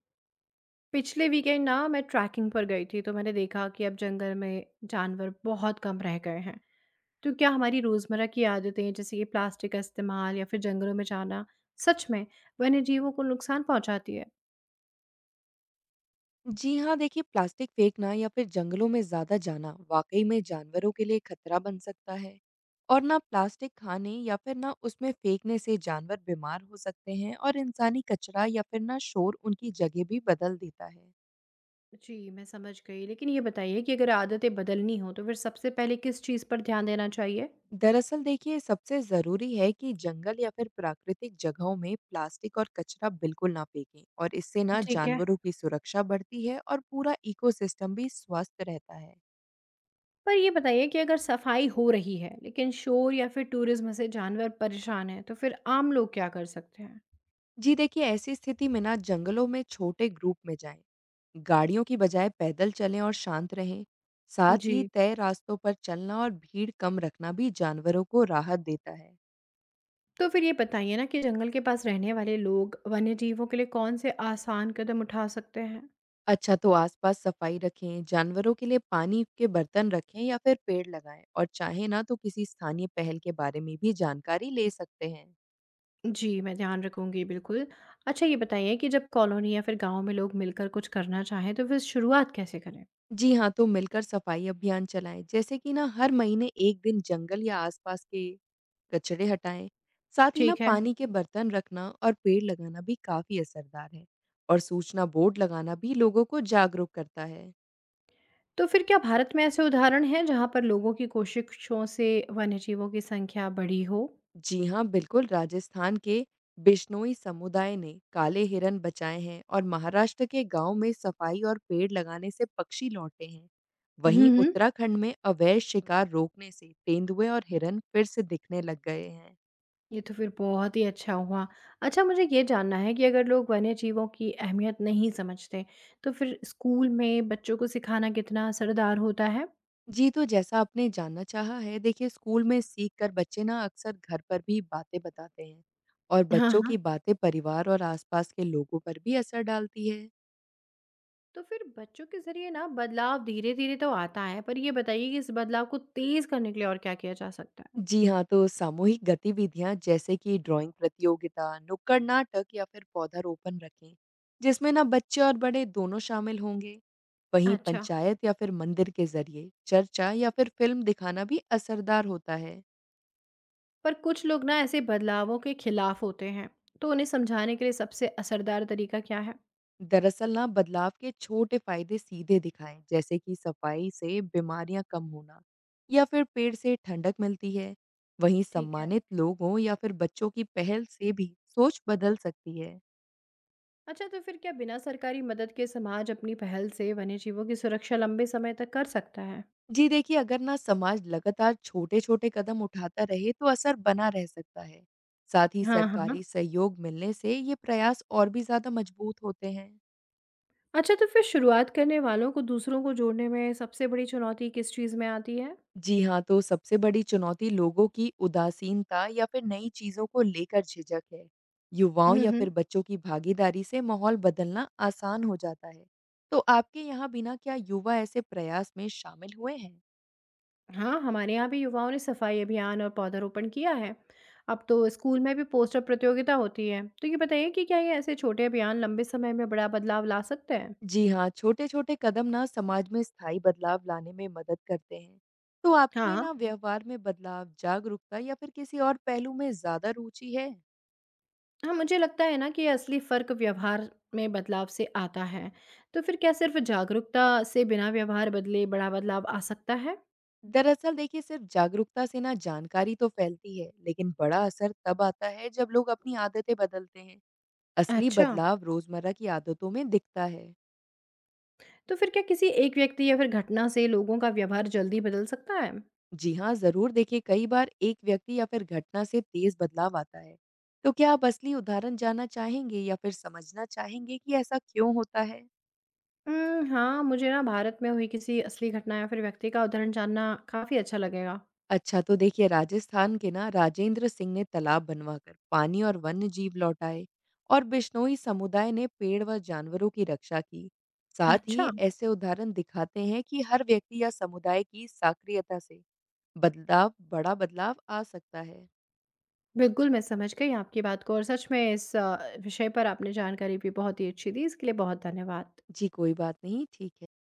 पिछले वीकेंड ना मैं ट्रैकिंग पर गई थी तो मैंने देखा कि अब जंगल में जानवर बहुत कम रह गए हैं। तो क्या हमारी रोजमर्रा की आदतें जैसे कि प्लास्टिक का इस्तेमाल या फिर जंगलों में जाना सच में वन्य जीवों को नुकसान पहुंचाती है? जी हाँ, देखिए प्लास्टिक फेंकना या फिर जंगलों में ज़्यादा जाना वाक़ई में जानवरों के लिए खतरा बन सकता है। और ना प्लास्टिक खाने या फिर ना उसमें फेंकने से जानवर बीमार हो सकते हैं और इंसानी कचरा या फिर ना शोर उनकी जगह भी बदल देता है। जी मैं समझ गई, लेकिन ये बताइए कि अगर आदतें बदलनी हो तो फिर सबसे पहले किस चीज़ पर ध्यान देना चाहिए? दरअसल देखिए सबसे ज़रूरी है कि जंगल या फिर प्राकृतिक जगहों में प्लास्टिक और कचरा बिल्कुल ना फेंकें और इससे ना ठीक है। जानवरों की सुरक्षा बढ़ती है और पूरा इकोसिस्टम भी स्वस्थ रहता है। पर ये बताइए कि अगर सफाई हो रही है लेकिन शोर या फिर टूरिज्म से जानवर परेशान है तो फिर आम लोग क्या कर सकते हैं? जी देखिए ऐसी स्थिति में ना जंगलों में छोटे ग्रुप में जाएं। गाड़ियों की बजाय पैदल चलें और शांत रहें। साथ ही जी। तय रास्तों पर चलना और भीड़ कम रखना भी जानवरों को राहत देता है। तो फिर ये बताइए ना कि जंगल के पास रहने वाले लोग वन्य जीवों के लिए कौन से आसान कदम उठा सकते हैं? अच्छा तो आसपास सफाई रखें, जानवरों के लिए पानी के बर्तन रखें या फिर पेड़ लगाएं और चाहे ना तो किसी स्थानीय पहल के बारे में भी जानकारी ले सकते हैं। जी मैं ध्यान रखूंगी बिल्कुल। अच्छा, ये बताइए कि जब कॉलोनी या फिर गांव में लोग मिलकर कुछ करना चाहें तो फिर शुरुआत कैसे करें? जी हाँ, तो मिलकर सफाई अभियान चलाएं जैसे कि ना हर महीने एक दिन जंगल या आसपास के कचरे हटाएं। साथ ही ना ठीक है। पानी के बर्तन रखना और पेड़ लगाना भी काफी असरदार है। और सूचना बोर्ड लगाना भी लोगों को जागरूक करता है। तो फिर क्या भारत में ऐसे उदाहरण हैं जहां पर लोगों की कोशिशों से वन्य जीवों की संख्या बढ़ी हो? जी हाँ बिल्कुल, राजस्थान के बिश्नोई समुदाय ने काले हिरन बचाए हैं और महाराष्ट्र के गांव में सफाई और पेड़ लगाने से पक्षी लौटे हैं। वहीं हम्म। उत्तराखंड में अवैध शिकार रोकने से तेंदुए और हिरन फिर से दिखने लग गए हैं। ये तो फिर बहुत ही अच्छा हुआ। अच्छा, मुझे ये जानना है कि अगर लोग वन्यजीवों की अहमियत नहीं समझते, तो फिर स्कूल में बच्चों को सिखाना कितना असरदार होता है? जी, तो जैसा आपने जानना चाहा है, देखिए स्कूल में सीख कर बच्चे ना अक्सर घर पर भी बातें बताते हैं। और हाँ, बच्चों हाँ। की बातें परिवार और आसपास के लोगों पर भी असर डालती है। तो फिर बच्चों के ज़रिए ना बदलाव धीरे-धीरे तो आता है, पर ये बताइए कि इस बदलाव को तेज़ करने के लिए और क्या किया जा सकता है? जी हाँ, तो सामूहिक गतिविधियां जैसे कि ड्राइंग प्रतियोगिता, नुक्कड़ नाटक या फिर पौधारोपण रखें, जिसमें ना बच्चे और बड़े दोनों शामिल होंगे। वहीं अच्छा। पंचायत या फिर मंदिर के जरिए चर्चा या फिर फिल्म दिखाना भी असरदार होता है। पर कुछ लोग ना ऐसे बदलावों के खिलाफ होते हैं, तो उन्हें समझाने के लिए सबसे असरदार तरीका क्या है? दरअसल ना बदलाव के छोटे फायदे सीधे दिखाएं जैसे कि सफाई से बीमारियां कम होना या फिर पेड़ से ठंडक मिलती है। वहीं ठीक है। सम्मानित लोगों या फिर बच्चों की पहल से भी सोच बदल सकती है। अच्छा, तो फिर क्या बिना सरकारी मदद के समाज अपनी पहल से वन्यजीवों की सुरक्षा लंबे समय तक कर सकता है? जी देखिए अगर ना समाज लगातार छोटे छोटे कदम उठाता रहे तो असर बना रह सकता है। साथ ही हाँ, हाँ। सरकारी सहयोग मिलने से ये प्रयास और भी ज्यादा मजबूत होते हैं। अच्छा, तो फिर शुरुआत करने वालों को दूसरों को जोड़ने में सबसे बड़ी चुनौती किस चीज़ में आती है? जी हाँ, तो सबसे बड़ी चुनौती लोगों की उदासीनता या फिर नई चीज़ों को लेकर झिझक है। युवाओं हुँ, या हुँ। फिर बच्चों की भागीदारी से माहौल बदलना आसान हो जाता है। तो आपके यहाँ बिना क्या युवा ऐसे प्रयास में शामिल हुए हैं? हाँ, हमारे यहाँ भी युवाओं ने सफाई अभियान और पौधारोपण किया है। अब तो स्कूल में भी पोस्टर प्रतियोगिता होती है। तो ये बताइए कि क्या ये ऐसे छोटे अभियान लंबे समय में बड़ा बदलाव ला सकते हैं? जी हाँ, छोटे-छोटे कदम ना समाज में स्थायी बदलाव लाने में मदद करते हैं। तो आपको हाँ। ना व्यवहार में बदलाव, जागरूकता या फिर किसी और पहलू में ज़्यादा रुचि है? हाँ, मुझे लगता है ना कि ये असली फ़र्क व्यवहार में बदलाव से आता है। तो फिर क्या सिर्फ़ जागरूकता से बिना व्यवहार बदले बड़ा बदलाव आ सकता है? दरअसल देखिए सिर्फ जागरूकता से ना जानकारी तो फैलती है लेकिन बड़ा असर तब आता है जब लोग अपनी आदतें बदलते हैं। असली अच्छा। बदलाव रोजमर्रा की आदतों में दिखता है। तो फिर क्या किसी एक व्यक्ति या फिर घटना से लोगों का व्यवहार जल्दी बदल सकता है? जी हाँ जरूर, देखिए कई बार एक व्यक्ति या फिर घटना से तेज बदलाव आता है। तो क्या आप असली उदाहरण जानना चाहेंगे या फिर समझना चाहेंगे कि ऐसा क्यों होता है? हाँ, मुझे ना भारत में हुई किसी असली घटना या फिर व्यक्ति का उदाहरण जानना काफ़ी अच्छा लगेगा। अच्छा तो देखिए राजस्थान के ना राजेंद्र सिंह ने तालाब बनवाकर पानी और वन्य जीव लौटाए और बिश्नोई समुदाय ने पेड़ व जानवरों की रक्षा की। साथ ही अच्छा, ऐसे उदाहरण दिखाते हैं कि हर व्यक्ति या समुदाय की सक्रियता से बदलाव बड़ा बदलाव आ सकता है। बिल्कुल मैं समझ गई आपकी बात को, और सच में इस विषय पर आपने जानकारी भी बहुत ही अच्छी दी, इसके लिए बहुत धन्यवाद। जी कोई बात नहीं, ठीक है।